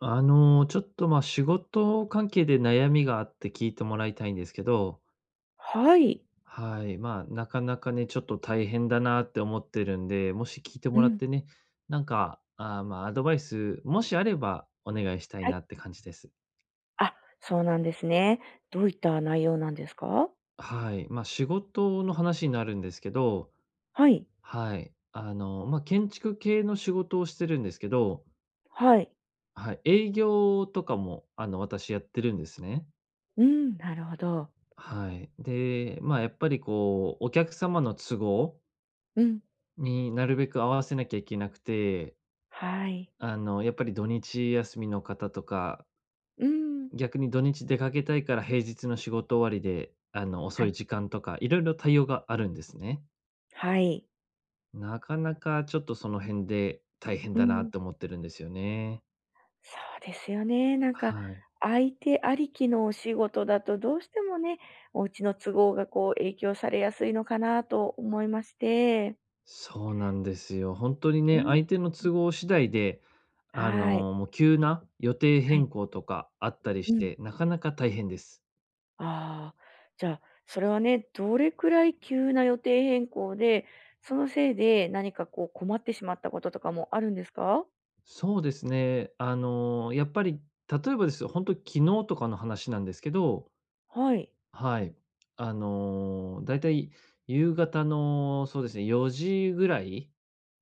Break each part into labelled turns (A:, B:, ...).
A: ちょっと、仕事関係で悩みがあって聞いてもらいたいんですけど、
B: はい。
A: はい、なかなかね、ちょっと大変だなって思ってるんで、もし聞いて
B: う
A: もらっ
B: ん。
A: てね、アドバイス、もしあればお願いしたい
B: は
A: な
B: い。
A: って感じです。
B: あ、そうなんですね。どういった内容なんですか？
A: はい、仕事の話になるんですけど、
B: はい。
A: はい、建築系の仕事をしてるんですけど、
B: はい。
A: はい、営業とかも、私やってるんですね。
B: うん、なるほど。
A: はい。で、やっぱりこう、お客様の都合
B: うん。
A: になるべく合わせなきゃいけなくて、
B: はい。
A: やっぱり土日休みの方とか、
B: うん。
A: 逆に土日出かけたいから平日の仕事終わりで、遅
B: は
A: い
B: い。
A: 時間とか、いろいろ対応があるんですね。
B: はい。
A: なかなかちょっとその辺で大変
B: う
A: だなっ
B: ん。
A: て思ってるんですよね。
B: そうですよね。なんか、
A: はい。
B: 相手ありきのお仕事だとどうしてもね、お家の都合がこう影響されやすいのかなと思いまして。
A: そうなんですよ。本当に
B: う
A: ね、
B: ん。
A: 相手の都合次第で、
B: はい。
A: もう急な予定
B: はい。
A: 変更とかあったり
B: う
A: し
B: ん。
A: て、なかなか大変です。
B: ああ、じゃあ、それはね、どれくらい急な予定変更で、そのせいで何かこう困ってしまったこととかもあるんですか？
A: そうですね。やっぱり、例えばですよ、本当昨日とかの話なんですけど、
B: はい。
A: はい。だいたい夕方の、そうですね、4時ぐらい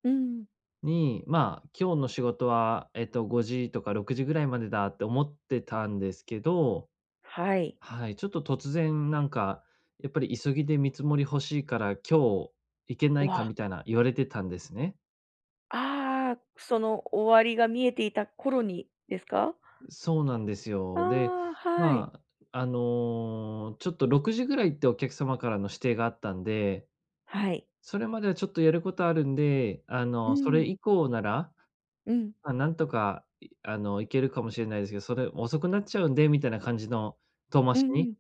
B: うん。
A: に、今日の仕事は、5時とか6時ぐらいまでだって思ってたんですけど、
B: はい。
A: はい、ちょっと突然やっぱり急ぎで見積もり欲しいから、今日行けな
B: う
A: いか
B: わ、
A: みたいな言われてたんですね。
B: ああ、その終わりが見えていた頃にですか？
A: そうなんです
B: あ
A: よ。で、
B: あ、はい。
A: まちょっと6時ぐらいってお客様からの指定があったんで、
B: はい。
A: それまではちょっとやることあるんで、
B: う
A: それ
B: ん、
A: 以降なら、
B: うん、
A: なんとか、いあの、行けるかもしれないですけど、それ遅くなっちゃうんでみたいな感じの遠回
B: う
A: し
B: んう
A: に、
B: ん。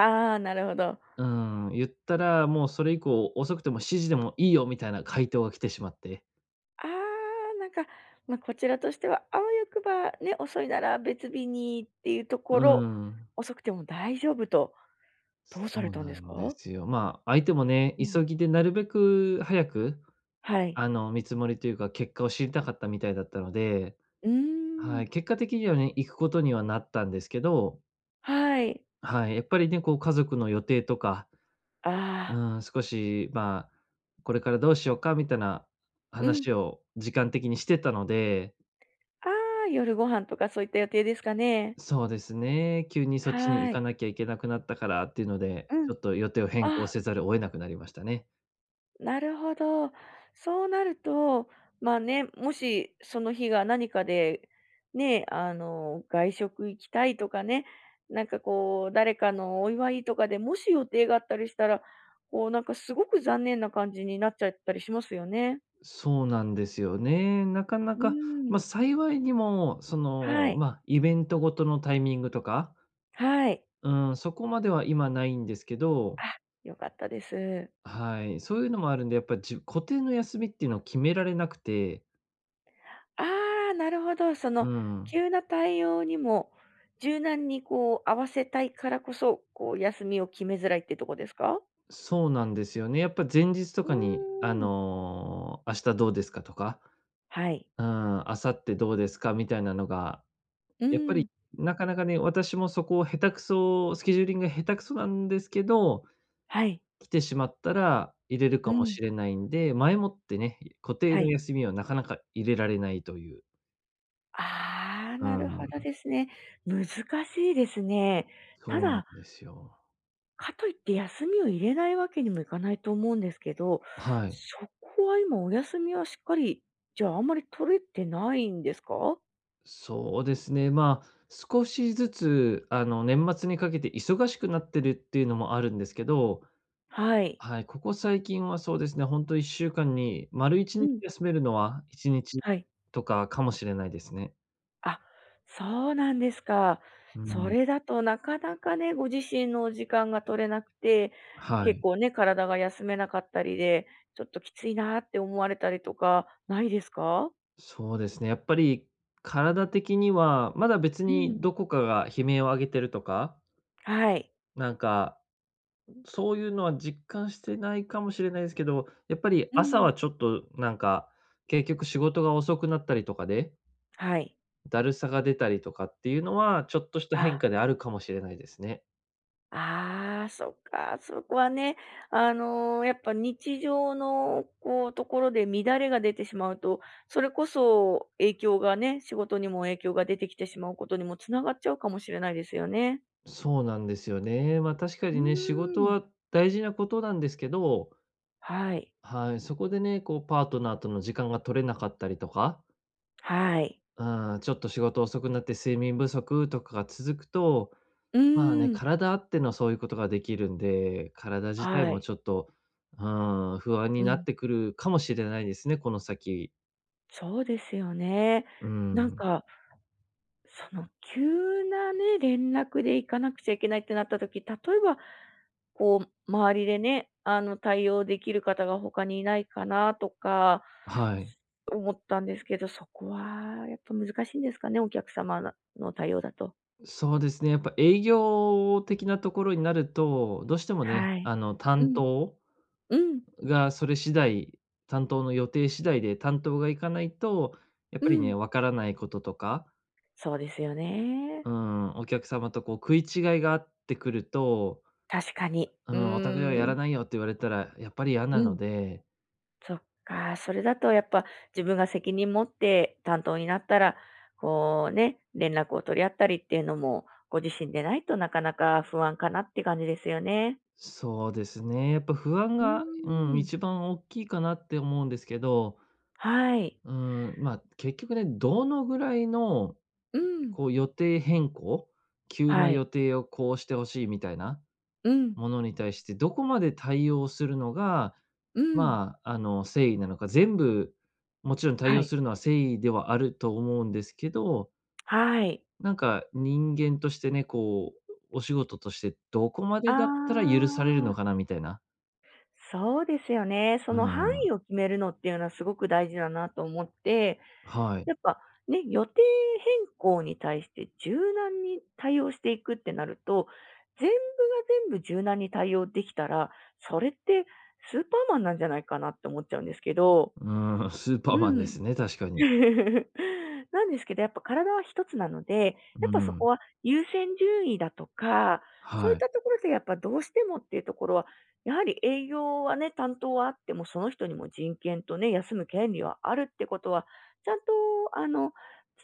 B: ああ、なるほど。
A: う言ったら、もうそれ以降遅くても7時でもいいよみたいな回答が来てしまって。
B: ああ、なんか、まあ、こちらとしてはあわよくばね、遅いなら別日にっていうとこ
A: う
B: ろ、
A: ん、
B: 遅くても大丈夫と、どうされ
A: そう
B: たんで
A: な
B: す
A: んで
B: か？
A: すよ。相手もね、
B: うん。
A: 急ぎでなるべく早く、
B: はい。
A: 見積もりというか、結果を知りたかったみたいだったので、
B: うー
A: は
B: ん。
A: い、結果的にはね、行くことにはなったんですけど、
B: はい。
A: はい、やっぱりね、こう家族の予定とか、
B: あ
A: う
B: あ。
A: ん、少し、これからどうしようかみたいな
B: うん。
A: 話を時間的にしてたので、
B: ああ、夜ご飯とかそういった予定ですかね？
A: そうですね、急にそっちに
B: は
A: 行か
B: い。
A: なきゃいけなくなったからっていうので、
B: う
A: ちょ
B: ん。
A: っと予定を変更
B: あ、
A: せざるを得なくなりましたね。
B: なるほど。そうなると、まあね、もしその日が何かで、ね、外食行きたいとかね、なんかこう、誰かのお祝いとかで、もし予定があったりしたら、こうなんかすごく残念な感じになっちゃったりしますよね。
A: そうなんですよね。なかな
B: う
A: か、
B: ん。
A: 幸いにも、
B: はい、
A: イベントごとのタイミングとか、
B: はい。
A: うん、そこまでは今ないんですけど、
B: あ、良かったです。
A: はい、そういうのもあるんで、やっぱじ固定の休みっていうのを決められなくて、
B: ああ、なるほど。そ
A: う
B: の
A: ん、
B: 急な対応にも柔軟にこう合わせたいからこそ、こう休みを決めづらいってとこですか？
A: そうなんですよね。やっぱ前日と
B: う
A: かに、
B: ーん。
A: 明日どうですかとか、
B: はい。
A: うん、明後日どうですかみたいなのが、
B: う
A: やっぱり
B: ん。
A: なかなかね、私もそこを下手くそスケジューリングが下手くそなんですけど、
B: はい。
A: 来てしまったら、入れる
B: う
A: かも
B: ん。
A: しれないんで、前もってね、固定
B: は
A: の
B: い。
A: 休みはなかなか入れられないという。
B: ああ、
A: う
B: な
A: ん、
B: るほどですね。難しいですね。た
A: そうなん
B: だ、
A: ですよ。
B: かといって休みを入れないわけにもいかないと思うんですけど、
A: はい。
B: そこは今お休みはしっかり、じゃあ、あんまり取れてないんですか？
A: そうですね、少しずつ、年末にかけて忙しくなってるっていうのもあるんですけど、
B: はい。
A: はい、ここ最近はそうですね、本当と1週間に丸1
B: う
A: 日
B: ん、
A: 休めるのは1日
B: はい。
A: とかかもしれないですね。
B: あ、そうなんですか。
A: う
B: そ
A: ん、
B: れだとなかなかね、ご自身の時間が取れなくて、
A: は
B: 結
A: い。
B: 構ね、体が休めなかったりで、ちょっときついなって思われたりとかないですか？
A: そうですね。やっぱり体的には、まだ別
B: う
A: に
B: ん。
A: どこかが悲鳴を上げてるとか、
B: はい。
A: なんか、そういうのは実感してないかもしれないですけど、やっぱり
B: う
A: 朝
B: ん。
A: はちょっと結局仕事が遅くなったりとかで、
B: はい。
A: だるさが出たりとかっていうのは、ちょっとした
B: あ。
A: 変化であるかもしれないですね。
B: ああ、そっか、そこはね、やっぱ日常のこう、ところで乱れが出てしまうと、それこそ影響がね、仕事にも影響が出てきてしまうことにもつながっちゃうかもしれないですよね。
A: そうなんですよね。まあ確か
B: う
A: にね、仕事
B: ーん。
A: は大事なことなんですけど、
B: はい、
A: はい、そこでね、こうパートナーとの時間が取れなかったりとか、
B: はい。
A: ああ、ちょっと仕事遅くなって睡眠不足とかが続くと、
B: う
A: まあ
B: ー
A: ね、
B: ん。
A: 体あってのそういうことができるんで、体自体
B: は
A: も
B: い。
A: ちょっと、不安
B: う
A: にな
B: ん。
A: ってくるかもしれないですね、この先。
B: そうですよね。
A: う
B: なん
A: ん、
B: か、その急なね、連絡で行かなくちゃいけないってなった時、例えば、こう周りでね、対応できる方が他にいないかなとか、
A: はい。
B: 思ったんですけど、そこはやっぱ難しいんですかね、お客様の対応だと。
A: そうですね、やっぱ営業的なところになると、どうしてもね、
B: はい。う
A: 担
B: ん、
A: 当
B: うん、
A: がそれ次第、担当の予定次第で担当がいかないと、やっ
B: う
A: ぱりね、
B: ん。
A: わからないこととか、
B: そうですよね。
A: うん、お客様とこう食い違いがあってくると、
B: 確かに。
A: う
B: う
A: ん、オタクではや
B: ー
A: ら
B: ん。
A: ないよって言われたら、やっぱり嫌
B: う
A: なの
B: ん。
A: で、
B: そっか、それだとやっぱ自分が責任持って担当になったら、こうね、連絡を取り合ったりっていうのも、ご自身でないとなかなか不安かなって感じですよね。
A: そうですね、やっぱ不安
B: うー
A: が、
B: ん。
A: 一番大きいかなって思うんですけど、
B: はい。
A: う結局ね、どのぐらいの、
B: うん。
A: こう予定変更、急な
B: はい。
A: 予定をこうしてほしいみたいな
B: うん。
A: ものに対して、どこまで対応するのが、
B: うん。
A: 誠意なのか、全部もちろん対
B: は
A: 応
B: い。
A: するのは誠意ではあると思うんですけど、
B: はい。
A: 人間としてね、お仕事としてどこま
B: あ
A: でだったら許されるのか
B: あ、
A: なみたいな。
B: そうですよね。そ
A: う
B: の範
A: ん。
B: 囲を決めるのっていうのはすごく大事だなと思って、
A: はい。
B: やっぱね、予定変更に対して柔軟に対応していくってなると、全部が全部柔軟に対応できたら、それってスーパーマンなんじゃないかなって思っちゃうんですけど。
A: うん、スーパ
B: う
A: ーマンで
B: ん
A: すね、確かに。
B: なんですけど、やっぱ体は一つなので、や
A: う
B: っぱそ
A: ん。
B: こは優先順位だとか、そうい
A: は
B: っ
A: い。
B: たところでやっぱどうしてもっていうところは、やはり営業はね、担当はあっても、その人にも人権とね、休む権利はあるってことは、ちゃんと、あの、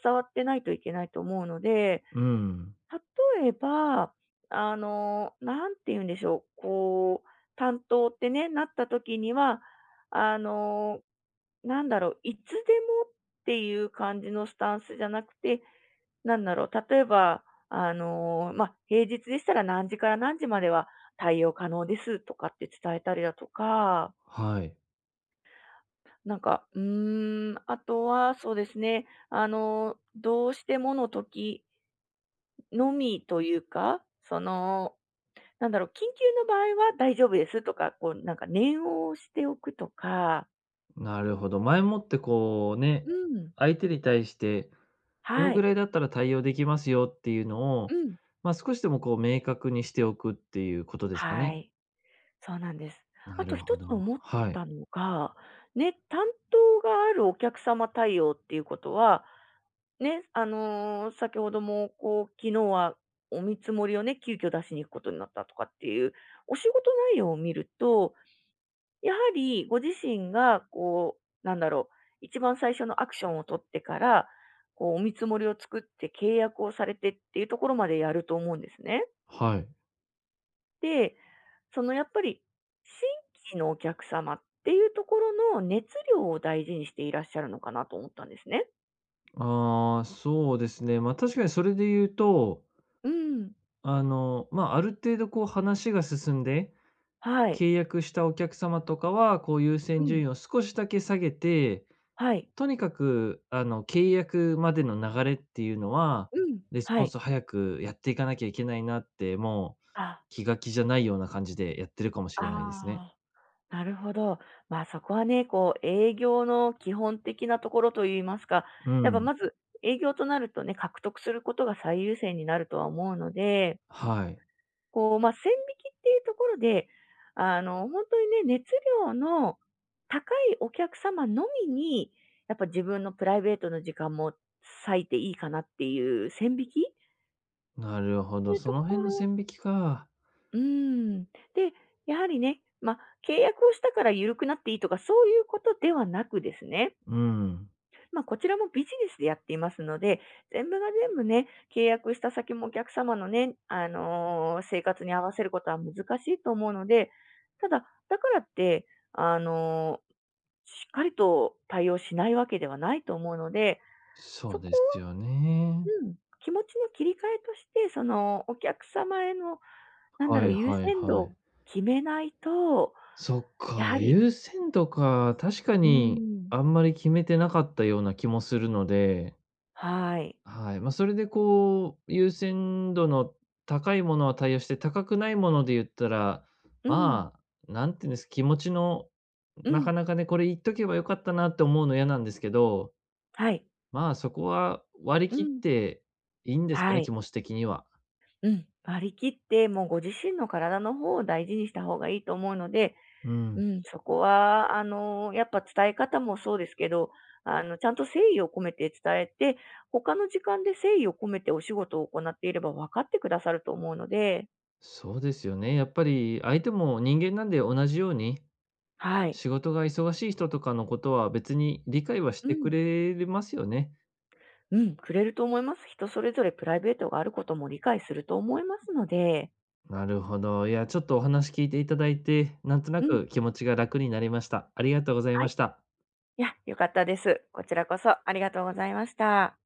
B: 伝わってないといけないと思うので、
A: うん。
B: 例えば、なんて言うんでしょう、こう、担当ってね、なった時には、あの、なんだろう、いつでもっていう感じのスタンスじゃなくて、なんだろう、例えば、まあ、平日でしたら何時から何時までは対応可能ですとかって伝えたりだとか、
A: はい。
B: なんか、あとはそうですね、どうしてもの時のみというか、その、なんだろう、緊急の場合は大丈夫ですとか、こうなんか念を押しておくとか。
A: なるほど。前もってこう
B: う
A: ね、
B: ん。
A: 相手に対して、この
B: は
A: ぐ
B: い。
A: らいだったら対応できますよっていうの
B: う
A: を、
B: ん。
A: 少しでもこう明確にしておくっていうことですか
B: は
A: ね。
B: い。そうなんです。あ
A: な
B: と
A: る
B: 一
A: ほど。
B: つ思っ
A: はい。
B: たのが、ね、担当があるお客様対応っていうことは、ね、先ほども、こう、昨日はお見積もりをね、急遽出しに行くことになったとかっていう、お仕事内容を見ると、やはりご自身が、こう、なんだろう、一番最初のアクションを取ってから、こう、お見積もりを作って契約をされてっていうところまでやると思うんですね。
A: はい。
B: で、そのやっぱり、新規のお客様っていうところの熱量を大事にしていらっしゃるのかなと思ったんですね。
A: ああ、そうですね。確かにそれで言うと
B: うん。
A: ある程度こう話が進んで、
B: はい。
A: 契約したお客様とかは、こう優
B: う
A: 先順
B: ん。
A: 位を少しだけ下げて、
B: はい。
A: とにかく契約までの流れっていうのは、
B: うん。
A: レスポ
B: は
A: ン
B: い。
A: スを早くやっていかなきゃいけないなって、もう
B: あ、
A: 気が気じゃないような感じでやってるかもしれないですね。
B: ああ、なるほど。まあ、そこはね、こう、営業の基本的なところといいますか、
A: う
B: やっぱ
A: ん。
B: まず営業となるとね、獲得することが最優先になるとは思うので、
A: はい。
B: こう、まあ、線引きっていうところで、本当にね、熱量の高いお客様のみに、やっぱ自分のプライベートの時間も割いていいかなっていう線引きっ
A: なるほ
B: て
A: ど、
B: いう
A: そ
B: と
A: の
B: こ
A: 辺の
B: ろ、
A: 線引きか。
B: うん。で、やはりね、まあ、契約をしたから緩くなっていいとか、そういうことではなくですね、
A: うん。
B: まあ、こちらもビジネスでやっていますので、全部が全部ね、契約した先もお客様のね、生活に合わせることは難しいと思うので、ただ、だからって、あのーしっかりと対応しないわけではないと思うので、
A: そ
B: そ
A: う
B: こ
A: で
B: を、
A: すよね。
B: うん、気持ちの切り替えとして、そのお客様への、なんだ
A: は
B: ろう、
A: い
B: 優
A: はい
B: 先度
A: は
B: を
A: い。
B: 決めないと、
A: そっ
B: やは
A: か、
B: り、
A: 優先度か、確か
B: う
A: に
B: ん、
A: あんまり決めてなかったような気もするので、
B: はい、
A: はい。それでこう、優先度の高いものは対応して、高くないもので言ったら、
B: うん、
A: まなんていうんです、気持ちの
B: う
A: な
B: ん、
A: かなかね、これ言っとけばよかったなって思うの嫌なんですけど、
B: はい、
A: まあ、そこは割り
B: う
A: 切っ
B: ん、
A: ていいんですか
B: は
A: ね、
B: い。
A: 気持ち的には。
B: うん。割り切って、もうご自身の体の方を大事にした方がいいと思うので、
A: うん、
B: うん、そこは、やっぱ伝え方もそうですけど、ちゃんと誠意を込めて伝えて、他の時間で誠意を込めてお仕事を行っていれば分かってくださると思うので、
A: そうですよね。やっぱり相手も人間なんで同じように
B: はい。
A: 仕事が忙しい人とかのことは別に理解はし
B: う
A: てく
B: ん。
A: れますよね。
B: うん、くれると思います。人それぞれプライベートがあることも理解すると思いますので、
A: なるほど。いや、ちょっとお話聞いていただいて、なんとな
B: うん。
A: く気持ちが楽になりました。ありがとうござい
B: は
A: ま
B: い。
A: した。
B: いや、よかったです。こちらこそありがとうございました。